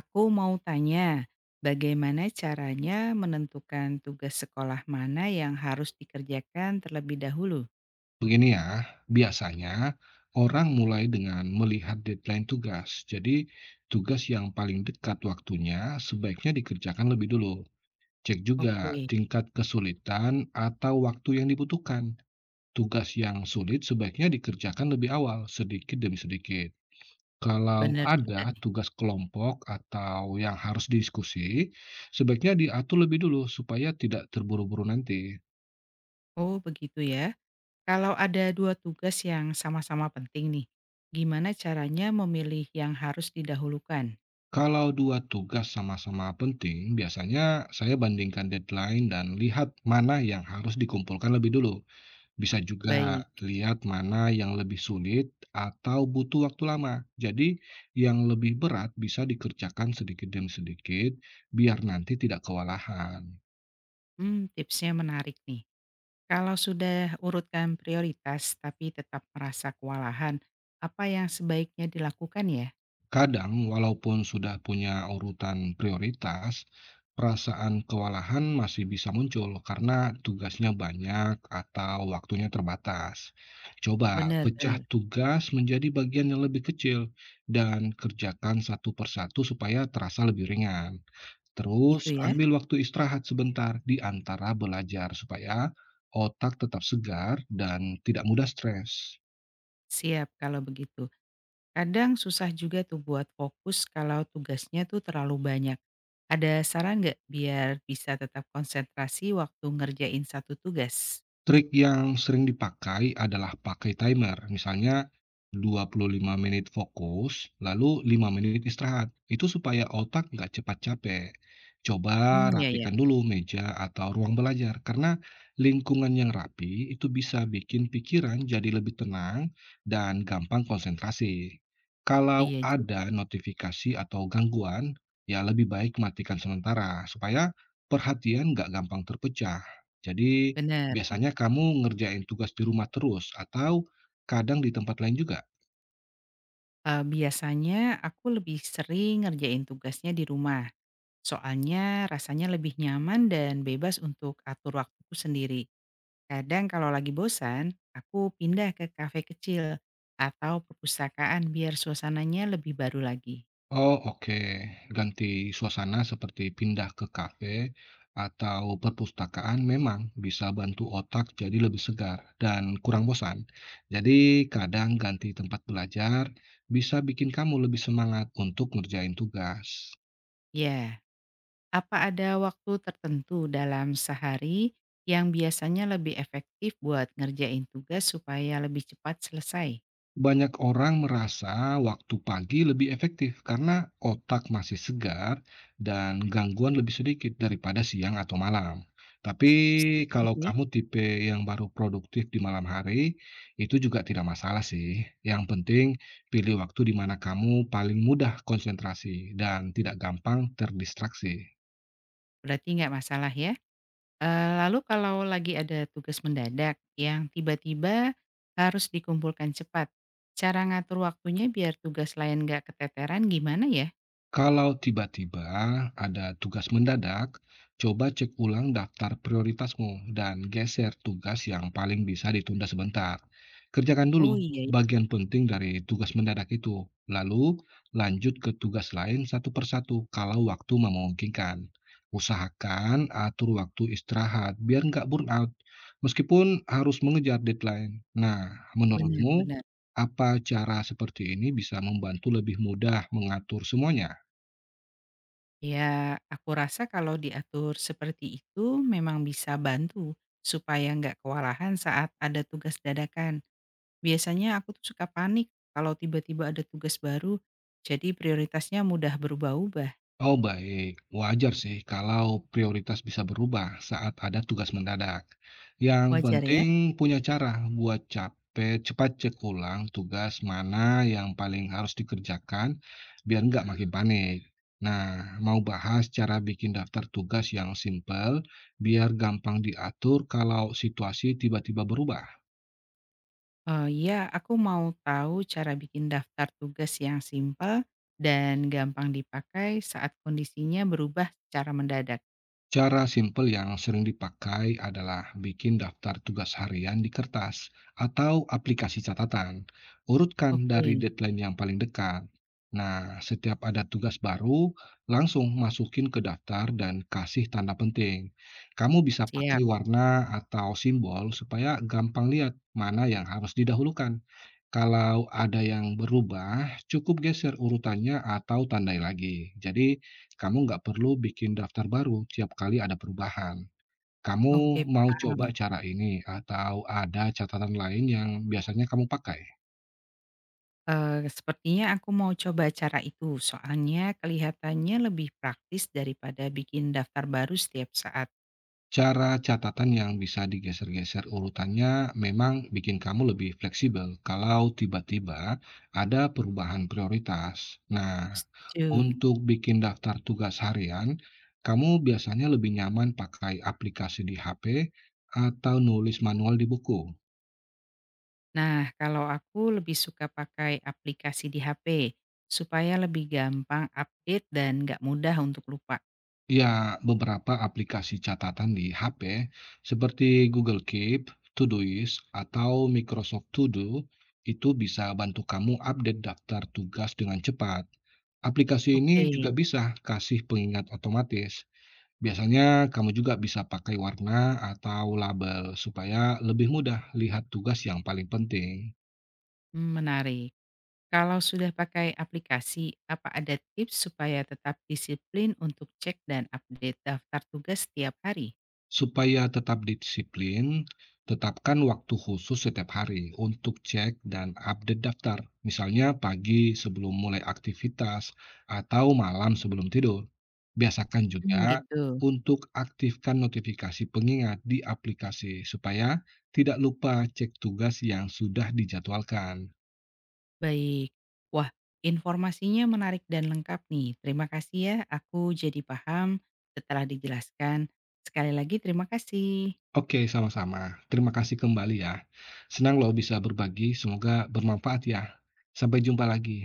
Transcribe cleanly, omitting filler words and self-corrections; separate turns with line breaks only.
Aku mau tanya, bagaimana caranya menentukan tugas sekolah mana yang harus dikerjakan terlebih dahulu?
Begini ya, biasanya orang mulai dengan melihat deadline tugas. Jadi, tugas yang paling dekat waktunya sebaiknya dikerjakan lebih dulu. Cek juga
Oke,
tingkat kesulitan atau waktu yang dibutuhkan. Tugas yang sulit sebaiknya dikerjakan lebih awal, sedikit demi sedikit. Kalau
benar
ada
juga nih.
tugas kelompok atau yang harus diskusi, sebaiknya diatur lebih dulu supaya tidak terburu-buru nanti.
Oh, begitu ya. Kalau ada dua tugas yang sama-sama penting nih, gimana caranya memilih yang harus didahulukan?
Kalau dua tugas sama-sama penting, biasanya saya bandingkan deadline dan lihat mana yang harus dikumpulkan lebih dulu. Bisa juga
Baik,
lihat mana yang lebih sulit atau butuh waktu lama. Jadi, yang lebih berat bisa dikerjakan sedikit demi sedikit biar nanti tidak kewalahan.
hmm, tipsnya menarik nih. Kalau sudah urutkan prioritas tapi tetap merasa kewalahan, apa yang sebaiknya dilakukan ya?
Kadang, walaupun sudah punya urutan prioritas, perasaan kewalahan masih bisa muncul karena tugasnya banyak atau waktunya terbatas. Coba pecah
Benar-benar,
tugas menjadi bagian yang lebih kecil dan kerjakan satu persatu supaya terasa lebih ringan.
itu
Terus,
ya.
ambil waktu istirahat sebentar di antara belajar supaya otak tetap segar dan tidak mudah stres.
Siap kalau begitu. Kadang susah juga tuh buat fokus kalau tugasnya tuh terlalu banyak. Ada saran nggak biar bisa tetap konsentrasi waktu ngerjain satu tugas?
Trik yang sering dipakai adalah pakai timer, misalnya 25 menit fokus, lalu 5 menit istirahat. Itu supaya otak nggak cepat capek. Coba
Hmm, ya ya.
rapikan dulu meja atau ruang belajar, karena lingkungan yang rapi itu bisa bikin pikiran jadi lebih tenang dan gampang konsentrasi. Kalau
Iya juga,
ada notifikasi atau gangguan, ya lebih baik matikan sementara, supaya perhatian nggak gampang terpecah. Jadi,
bener.
biasanya kamu ngerjain tugas di rumah terus atau kadang di tempat lain juga?
Biasanya aku lebih sering ngerjain tugasnya di rumah. Soalnya rasanya lebih nyaman dan bebas untuk atur waktuku sendiri. Kadang kalau lagi bosan, aku pindah ke kafe kecil atau perpustakaan biar suasananya lebih baru lagi.
Oh, oke. Ganti suasana seperti pindah ke kafe atau perpustakaan memang bisa bantu otak jadi lebih segar dan kurang bosan. Jadi, kadang ganti tempat belajar bisa bikin kamu lebih semangat untuk ngerjain tugas.
Ya. Apa ada waktu tertentu dalam sehari yang biasanya lebih efektif buat ngerjain tugas supaya lebih cepat selesai?
Banyak orang merasa waktu pagi lebih efektif karena otak masih segar dan gangguan lebih sedikit daripada siang atau malam. Tapi
Setuju
kalau
sih.
kamu tipe yang baru produktif di malam hari, itu juga tidak masalah sih. Yang penting pilih waktu di mana kamu paling mudah konsentrasi dan tidak gampang terdistraksi.
Berarti nggak masalah ya. Lalu kalau lagi ada tugas mendadak yang tiba-tiba harus dikumpulkan cepat, cara ngatur waktunya biar tugas lain nggak keteteran gimana ya?
Kalau tiba-tiba ada tugas mendadak, coba cek ulang daftar prioritasmu dan geser tugas yang paling bisa ditunda sebentar. Kerjakan
Oh
dulu
iya,
bagian penting dari tugas mendadak itu, lalu lanjut ke tugas lain satu persatu kalau waktu memungkinkan. Usahakan atur waktu istirahat biar nggak burnout, meskipun harus mengejar deadline. Nah, menurutmu
benar-benar.
apa cara seperti ini bisa membantu lebih mudah mengatur semuanya?
Ya, aku rasa kalau diatur seperti itu memang bisa bantu supaya nggak kewalahan saat ada tugas dadakan. Biasanya aku tuh suka panik kalau tiba-tiba ada tugas baru, jadi prioritasnya mudah berubah-ubah.
Oh, baik. Wajar sih kalau prioritas bisa berubah saat ada tugas mendadak. Yang
Wajar ya?
penting punya cara buat capek cepat cek ulang tugas mana yang paling harus dikerjakan biar nggak makin panik. Nah, mau bahas cara bikin daftar tugas yang simpel biar gampang diatur kalau situasi tiba-tiba berubah.
Ya, aku mau tahu cara bikin daftar tugas yang simpel dan gampang dipakai saat kondisinya berubah secara mendadak.
Cara simpel yang sering dipakai adalah bikin daftar tugas harian di kertas atau aplikasi catatan. Urutkan dari
Oke,
deadline yang paling dekat. Nah, setiap ada tugas baru, langsung masukin ke daftar dan kasih tanda penting. Kamu bisa pakai
siap.
warna atau simbol supaya gampang lihat mana yang harus didahulukan. Kalau ada yang berubah, cukup geser urutannya atau tandai lagi. Jadi, kamu nggak perlu bikin daftar baru tiap kali ada perubahan.
Oke,
Kamu mau
paham.
coba cara ini atau ada catatan lain yang biasanya kamu pakai?
Sepertinya aku mau coba cara itu, soalnya kelihatannya lebih praktis daripada bikin daftar baru setiap saat.
Cara catatan yang bisa digeser-geser urutannya memang bikin kamu lebih fleksibel kalau tiba-tiba ada perubahan prioritas. Nah,
Setuju.
untuk bikin daftar tugas harian, kamu biasanya lebih nyaman pakai aplikasi di HP atau nulis manual di buku?
Nah, kalau aku lebih suka pakai aplikasi di HP, supaya lebih gampang update dan nggak mudah untuk lupa.
Ya, beberapa aplikasi catatan di HP seperti Google Keep, Todoist, atau Microsoft To Do itu bisa bantu kamu update daftar tugas dengan cepat. Aplikasi ini
Oke,
juga bisa kasih pengingat otomatis. Biasanya kamu juga bisa pakai warna atau label supaya lebih mudah lihat tugas yang paling penting.
mmm, menarik. Kalau sudah pakai aplikasi, apa ada tips supaya tetap disiplin untuk cek dan update daftar tugas setiap hari?
Supaya tetap disiplin, tetapkan waktu khusus setiap hari untuk cek dan update daftar, misalnya pagi sebelum mulai aktivitas atau malam sebelum tidur. Biasakan juga
Mmm, gitu.
untuk aktifkan notifikasi pengingat di aplikasi supaya tidak lupa cek tugas yang sudah dijadwalkan.
Baik. Wah, informasinya menarik dan lengkap nih. Terima kasih ya, aku jadi paham setelah dijelaskan. Sekali lagi terima kasih.
Oke, sama-sama. Terima kasih kembali ya. Senang loh bisa berbagi, semoga bermanfaat ya. Sampai jumpa lagi.